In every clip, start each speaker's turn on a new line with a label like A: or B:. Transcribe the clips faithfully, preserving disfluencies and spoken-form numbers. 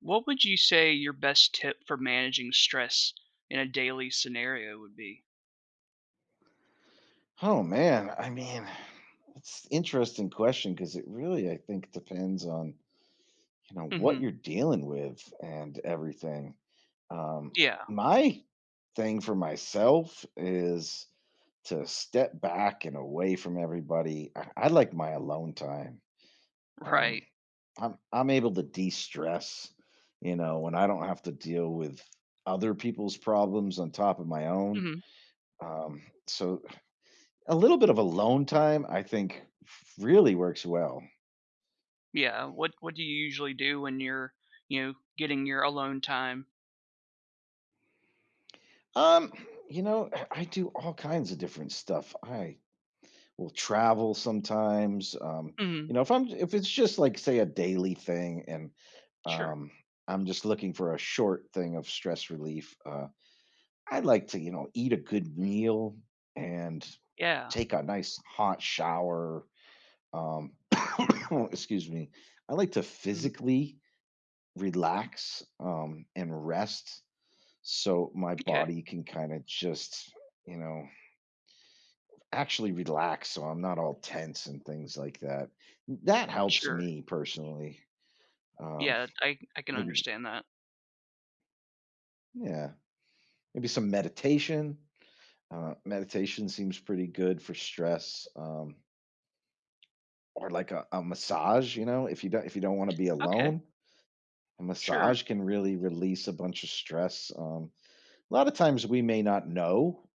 A: What would you say your best tip for managing stress in a daily scenario would be?
B: Oh man, I mean, it's interesting question because it really, I think, depends on you know what
A: Mhm.
B: you're dealing with and everything. Um,
A: Yeah,
B: my thing for myself is to step back and away from everybody. I, I like my alone time. Um,
A: right.
B: I'm I'm able to de-stress, you know, when I don't have to deal with other people's problems on top of my own.
A: Mhm.
B: Um, so a little bit of alone time, I think, really works well.
A: Yeah, what what do you usually do when you're, you know, getting your alone time?
B: Um, you know, I do all kinds of different stuff. I will travel sometimes. Um,
A: Mhm.
B: you know, if I'm if it's just like say a daily thing and
A: Sure.
B: um I'm just looking for a short thing of stress relief, uh I like to, you know, eat a good meal and
A: Yeah.
B: take a nice hot shower. Um excuse me. I like to
A: Mhm.
B: physically relax um and rest so my
A: Okay.
B: body can kind of just you know actually relax so I'm not all tense and things like that. That helps
A: Sure.
B: me personally. um
A: Yeah, I I can
B: maybe
A: understand that.
B: yeah maybe some meditation. Uh meditation seems pretty good for stress. Um or like a, a massage, you know, if you don't if you don't want to be
A: Okay.
B: alone, a
A: Sure.
B: massage can really release a bunch of stress. Um a lot of times we may not know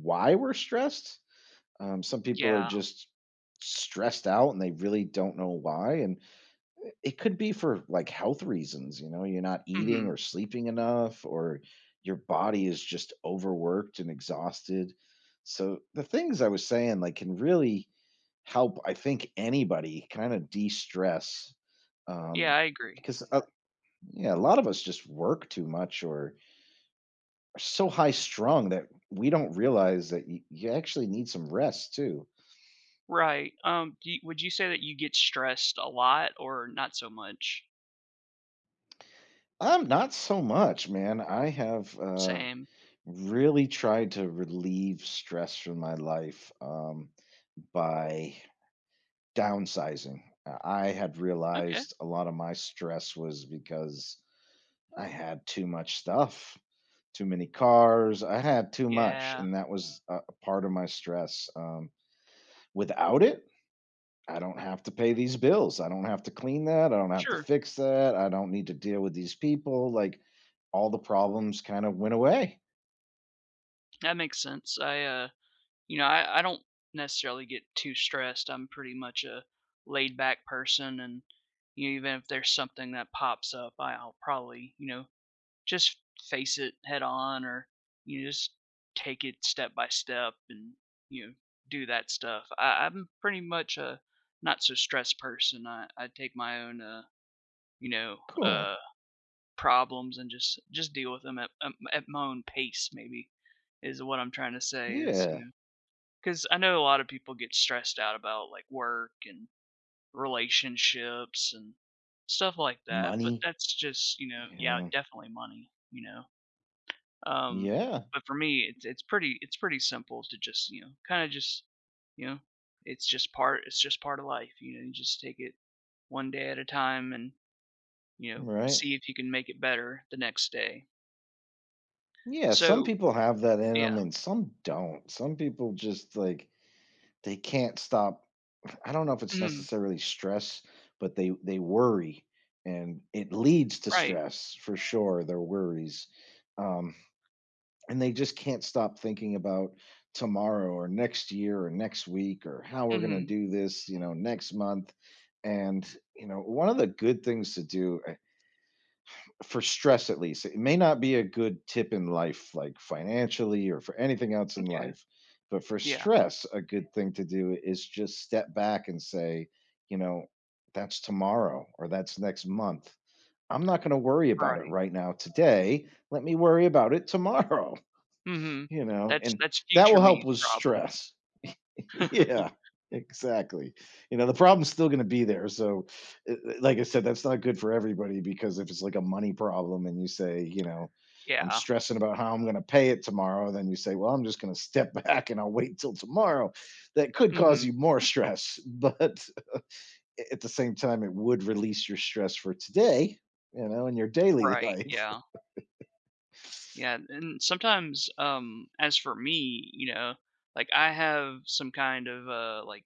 B: why we're stressed. Um, some people are
A: Yeah.
B: just stressed out and they really don't know why. And it could be for like health reasons. You know, you're not eating
A: Mhm.
B: or sleeping enough, or your body is just overworked and exhausted. So the things I was saying, like, can really help, I think, anybody kind of de stress.
A: Yeah,
B: Um,
A: I agree.
B: because uh, yeah, a lot of us just work too much or are so high strung that we don't realize that you, you actually need some rest too.
A: Right. Um, do you, would you say that you get stressed a lot or not so much?
B: Um, not so much, man. I have uh,
A: Same.
B: really tried to relieve stress from my life, um, by downsizing. Uh, I had
A: Okay.
B: realized a lot of my stress was because I had too much stuff, too many cars. I had too much,
A: Yeah.
B: and that was a a part of my stress. Um, without it, I don't have to pay these bills. I don't have to clean that. I don't have to
A: Sure.
B: fix that. I don't need to deal with these people. Like all the problems kind of went away.
A: That makes sense. I, uh, you know, I, I don't necessarily get too stressed. I'm pretty much a laid back person, and, you know, even if there's something that pops up, I- I'll probably, you know, just face it head on, or you know, just take it step by step, and you know, do that stuff. I, I'm pretty much a not so stressed person. I, I take my own, uh, you know,
B: Cool.
A: uh, problems and just just deal with them at at at my own pace, maybe is what I'm trying to say is,
B: Yeah.
A: you know, because I know a lot of people get stressed out about, like, work and relationships and stuff like that, but
B: Money,
A: that's just you know,
B: you
A: yeah,
B: know.
A: definitely money, you know. Um,
B: Yeah,
A: but for me, it's it's pretty it's pretty simple to just you know kind of just you know it's just part it's just part of life, you know. You just take it one day at a time and you know
B: right.
A: see if you can make it better the next day.
B: Yeah, some
A: So,
B: people have that in
A: yeah.
B: them and some don't. Some people just like they can't stop. I don't know if it's
A: Mhm.
B: necessarily stress, but they they worry and it leads to
A: Right.
B: stress for sure, their worries. Um, and they just can't stop thinking about tomorrow or next year or next week or how we're going to
A: Hmm.
B: do this, you know, next month. And, you know, one of the good things to do for stress at least. It may not be a good tip in life, like financially or for anything else in
A: Okay.
B: life, but for
A: Yeah.
B: stress, a good thing to do is just step back and say, you know, that's tomorrow or that's next month. I'm not going to worry about it
A: Right.
B: right now today. Let me worry about it tomorrow,
A: Mhm.
B: you know,
A: That's
B: and
A: that's
B: that
A: future
B: will help
A: me's
B: with
A: problem.
B: stress. Yeah, exactly. You know, the problem's still gonna be there, so, eh eh, like I said, that's not good for everybody because if it's like a money problem and you say, you know, "I'm
A: Yeah.
B: stressing about how I'm gonna pay it tomorrow," then you say, "Well, I'm just gonna step back and I'll wait till tomorrow." That could cause
A: Mhm.
B: you more stress, but at the same time, it would release your stress for today, you know, in your daily
A: Right,
B: life.
A: yeah. Yeah, and sometimes, um, as for me, you know, like, I have some kind of uh like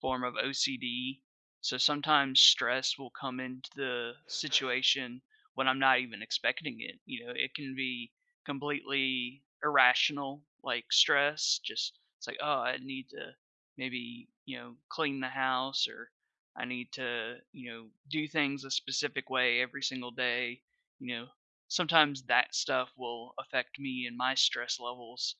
A: form of O C D. So sometimes stress will come into the situation when I'm not even expecting it. You know, it can be completely irrational, like stress, just it's like, oh, I need to maybe, you know, clean the house, or I need to, you know, do things a specific way every single day you know Sometimes that stuff will affect me and my stress levels,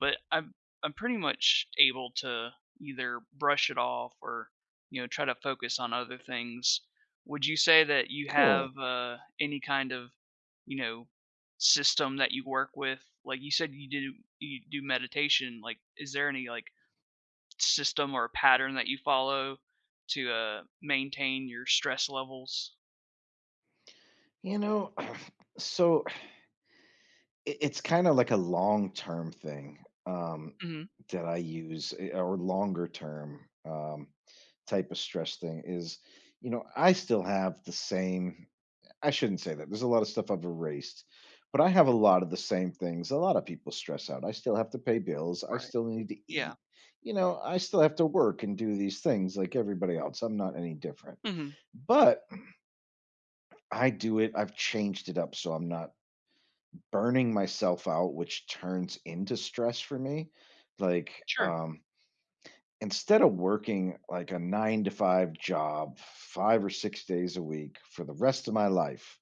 A: but I'm I'm pretty much able to either brush it off or, you know, try to focus on other things. Would you say that you
B: Cool.
A: have uh, any kind of, you know, system that you work with? Like, you said you do you do meditation, like, is there any, like, system or pattern that you follow to uh maintain your stress levels?
B: You know, so it it's kinda like a long-term thing, um,
A: Mhm.
B: that I use, eh, or longer term, um, type of stress thing is, you know, I still have the same I shouldn't say that, there's a lot of stuff I've erased, but I have a lot of the same things a lot of people stress out. I still have to pay bills, I
A: Right.
B: still need to
A: Yeah.
B: eat, you know, I still have to work and do these things like everybody else, I'm not any different,
A: Mhm.
B: but I do it I've changed it up so I'm not burning myself out, which turns into stress for me. Like,
A: Sure.
B: um, instead of working like a nine to five job, five or six days a week for the rest of my life,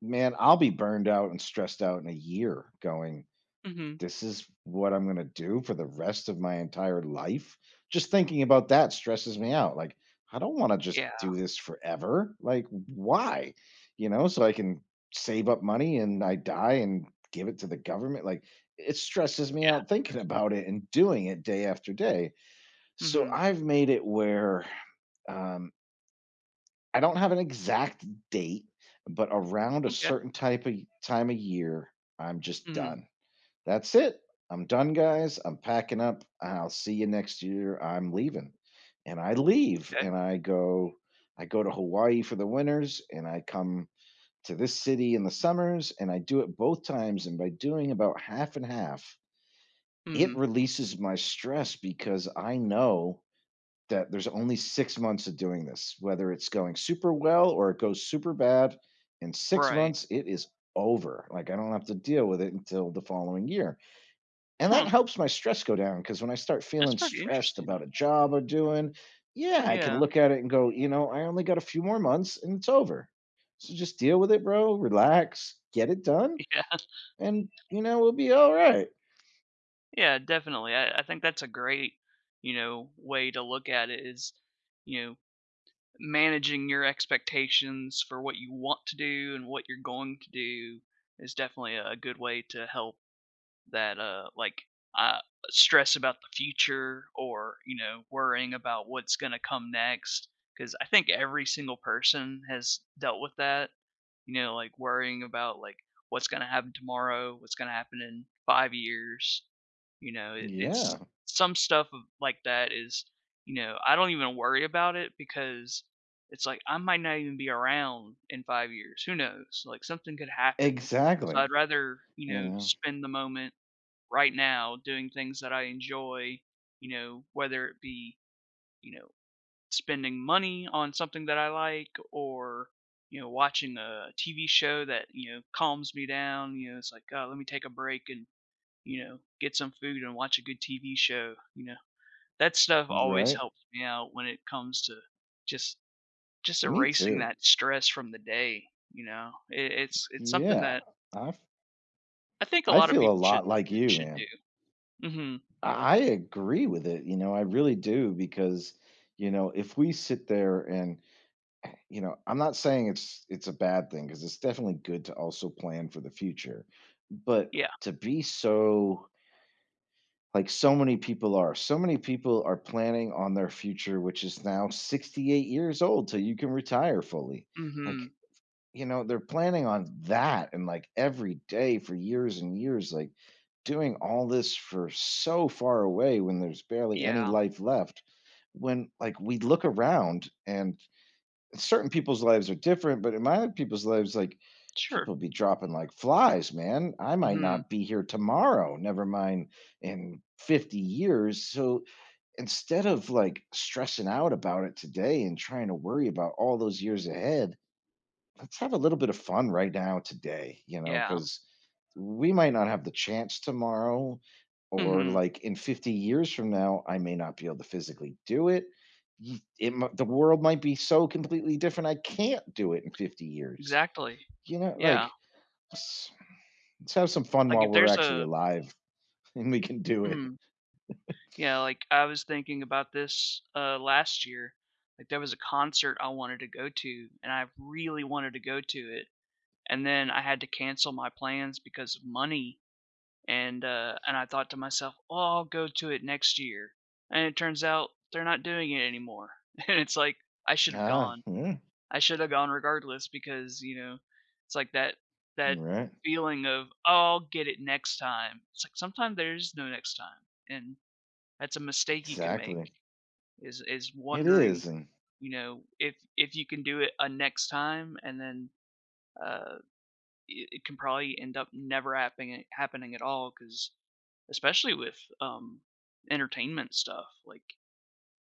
B: man, I'll be burned out and stressed out in a year going,
A: Mhm.
B: this is what I'm gonna do for the rest of my entire life. Just thinking about that stresses me out. Like, I don't want to just
A: Yeah,
B: do this forever. Like, why? You know, so I can save up money and I die and give it to the government. Like, it stresses me
A: yeah,
B: out thinking about it and doing it day after day. So
A: mhm,
B: I've made it where um, I don't have an exact date, but around a
A: okay,
B: certain type of time of year, I'm just
A: mhm,
B: done. That's it. I'm done, guys. I'm packing up. I'll see you next year. I'm leaving. And I leave
A: okay,
B: and I go I go to Hawaii for the winters and I come to this city in the summers and I do it both times and by doing about half and half, it
A: mhm,
B: releases my stress because I know that there's only six months of doing this, whether it's going super well or it goes super bad. In six
A: right,
B: months, it is over. Like I don't have to deal with it until the following year. And that
A: huh,
B: helps my stress go down because when I start
A: that's
B: feeling
A: pretty
B: stressed
A: interesting,
B: about a job I'm doing, yeah, I can
A: yeah,
B: look at it and go, you know, I only got a few more months and it's over. So just deal with it, bro. Relax, get it done,
A: yeah,
B: and you know, we'll be all right.
A: yeah, definitely. I I think that's a great, you know, way to look at it, is, you know, managing your expectations for what you want to do and what you're going to do is definitely a good way to help that, uh, like, uh, stress about the future, or, you know, worrying about what's gonna come next. Because I think every single person has dealt with that, you know, like, worrying about, like, what's gonna happen tomorrow, what's gonna happen in five years, you know, it it's
B: Yeah,
A: some stuff of, like, that is, you know, I don't even worry about it, because it's like, I might not even be around in five years, who knows? Like, something could happen, so
B: exactly.
A: I'd rather, you
B: You
A: know,
B: know,
A: spend the moment right now doing things that I enjoy, you know, whether it be, you know, spending money on something that I like, or, you know, watching a T V show that, you know, calms me down. You know, it's like, oh, let me take a break and, you know, get some food and watch a good T V show. You know, that stuff always
B: right?
A: helps me out when it comes to just just
B: Me
A: erasing
B: too.
A: that stress from the day. You know, it, it's it's something
B: Yeah.
A: that
B: I f-
A: I think a
B: I
A: lot of
B: feel a
A: people should
B: lot like you,
A: should
B: man.
A: do. Hmm.
B: I I agree with it. You know, I really do because, you know, if we sit there and you know, I'm not saying it's it's a bad thing because it's definitely good to also plan for the future. But
A: Yeah.
B: to be so like so many people are, so many people are planning on their future, which is now sixty-eight years old till you can retire fully. Like,
A: Hmm.
B: you know, they're planning on that and like every day for years and years, like doing all this for so far away when there's barely any
A: Yeah.
B: life left. When like we look around and certain people's lives are different, but in my other people's lives, like
A: Sure.
B: people be dropping like flies, man. I might
A: Mhm.
B: not be here tomorrow, never mind in fifty years. So instead of like stressing out about it today and trying to worry about all those years ahead, let's have a little bit of fun right now today, you know,
A: Yeah.
B: because we might not have the chance tomorrow or
A: Mhm.
B: like in fifty years from now I may not be able to physically do it. Y- it mi- the world might be so completely different I can't do it in fifty years,
A: Exactly.
B: you know,
A: Yeah.
B: like let's, let's have some fun
A: Like,
B: while
A: if
B: we're
A: there's
B: actually
A: a—
B: alive and we can do it.
A: Mhm. Yeah, like, I was thinking about this, uh, last year. Like, there was a concert I wanted to go to, and I really wanted to go to it, and then I had to cancel my plans because of money, and, uh, and I thought to myself, "Oh, I'll go to it next year," and it turns out they're not doing it anymore, and it's like, I should have
B: Ah
A: gone.
B: yeah,
A: I should have gone regardless, because, you know, it's like that that
B: you're right.
A: feeling of, "Oh, I'll get it next time." It's like, sometimes there is no next time, and that's a mistake you can make,
B: Exactly.
A: is is
B: It
A: wondering,
B: is. And
A: you know, if if you can do it a next time, and then, uh, it it can probably end up never happening happening at all. Because, especially with, um, entertainment stuff, like,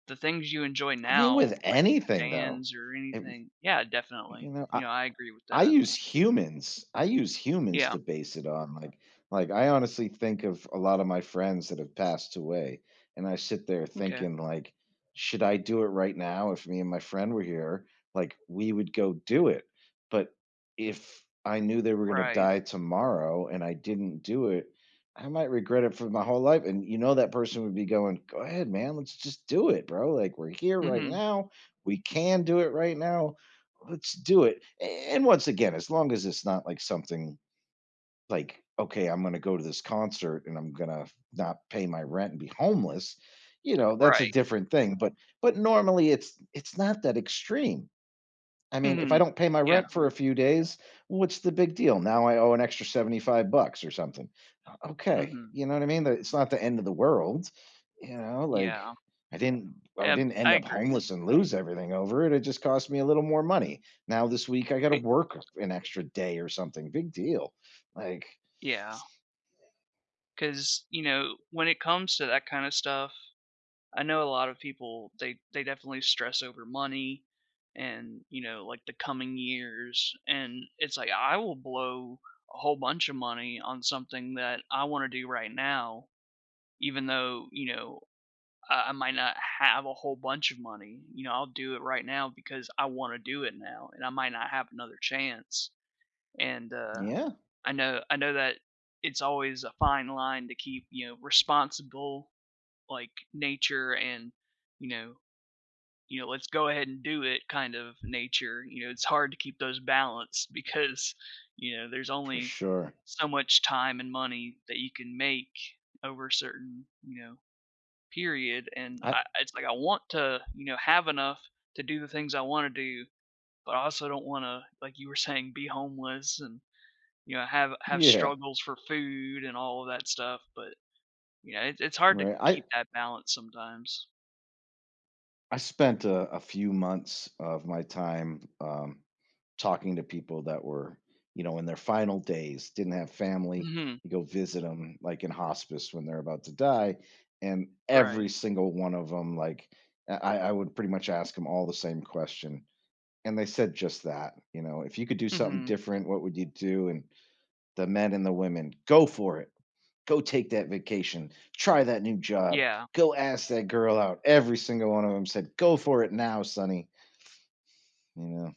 A: the things you enjoy
B: I mean
A: now,
B: with
A: like
B: anything though
A: bands or
B: it,
A: anything. Yeah,
B: you
A: definitely.
B: know
A: You know, I agree with
B: I
A: that.
B: use humans. I use humans
A: Yeah,
B: to base it on. Like, like I honestly think of a lot of my friends that have passed away, and I sit there
A: okay,
B: thinking, like, should I do it right now? If me and my friend were here, like, we would go do it. But if I knew they were going to
A: right.
B: die tomorrow and I didn't do it, I might regret it for my whole life. And you know, that person would be going, "Go ahead, man. Let's just do it, bro. Like, we're here right
A: Mhm,
B: now. We can do it right now." Let's do it. And once again, as long as it's not like something like, okay, I'm going to go to this concert and I'm going to not pay my rent and be homeless, you know, that's a
A: right.
B: different thing. But but normally it's it's not that extreme. I mean, if I
A: Mhm.
B: don't pay my
A: Yeah,
B: rent for a few days, what's the big deal? Now I owe an extra seventy-five bucks or something. Okay,
A: mhm,
B: you know what I mean? That it's not the end of the world, you know, like
A: yeah,
B: I didn't I
A: and
B: didn't
A: I
B: end up
A: agree.
B: homeless and lose everything over it. It just cost me a little more money. Now this week I got to work an extra day or something. Big deal. Like,
A: Yeah. Cause you know, when it comes to that kinda stuff, I know a lot of people, they they definitely stress over money and, you know, like, the coming years, and it's like, I will blow a whole bunch of money on something that I wanna do right now, even though, you know, uh, I might not have a whole bunch of money. You know, I'll do it right now because I want to do it now, and I might not have another chance. And uh,
B: yeah,
A: I know, I know that it's always a fine line to keep, you know, responsible, like, nature, and, you know, you know, let's go ahead and do it kind of nature. You know, it's hard to keep those balanced, because, you know, there's
B: for
A: only
B: sure.
A: so much time and money that you can make over certain, you know, period. And
B: I
A: I, it's like, I want to, you know, have enough to do the things I want to do, but I also don't want to, like you were saying, be homeless and you know have have
B: yeah,
A: struggles for food and all of that stuff. But you know, it, it's hard to
B: right. I
A: keep that balance sometimes.
B: I spent a, a few months of my time um talking to people that were, you know, in their final days, didn't have family.
A: Hmm.
B: You go visit them like in hospice when they're about to die, and
A: Right.
B: every single one of them, like I, I would pretty much ask them all the same question. And they said just that, you know, if you could do something
A: Hmm.
B: different, what would you do? And the men and the women, go for it. Go take that vacation. Try that new job.
A: Yeah.
B: Go ask that girl out. Every single one of them said, go for it now, Sonny. You know,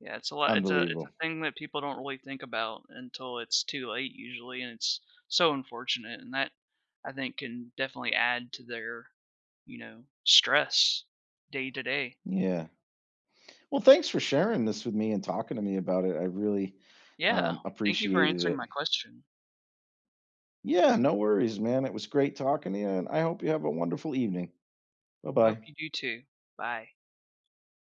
A: Yeah, it's a lot it's a it's a
B: unbelievable.
A: thing that people don't really think about until it's too late, usually, and it's so unfortunate, and that, I think, can definitely add to their, you know, stress day to day.
B: Yeah. Well, thanks for sharing this with me and talking to me about it. I really
A: Yeah.
B: um,
A: Thank you for
B: appreciated
A: answering
B: it.
A: my question.
B: Yeah, no worries, man. It was great talking to you, and I hope you have a wonderful evening. Bye
A: I hope
B: bye.
A: you do too. Bye.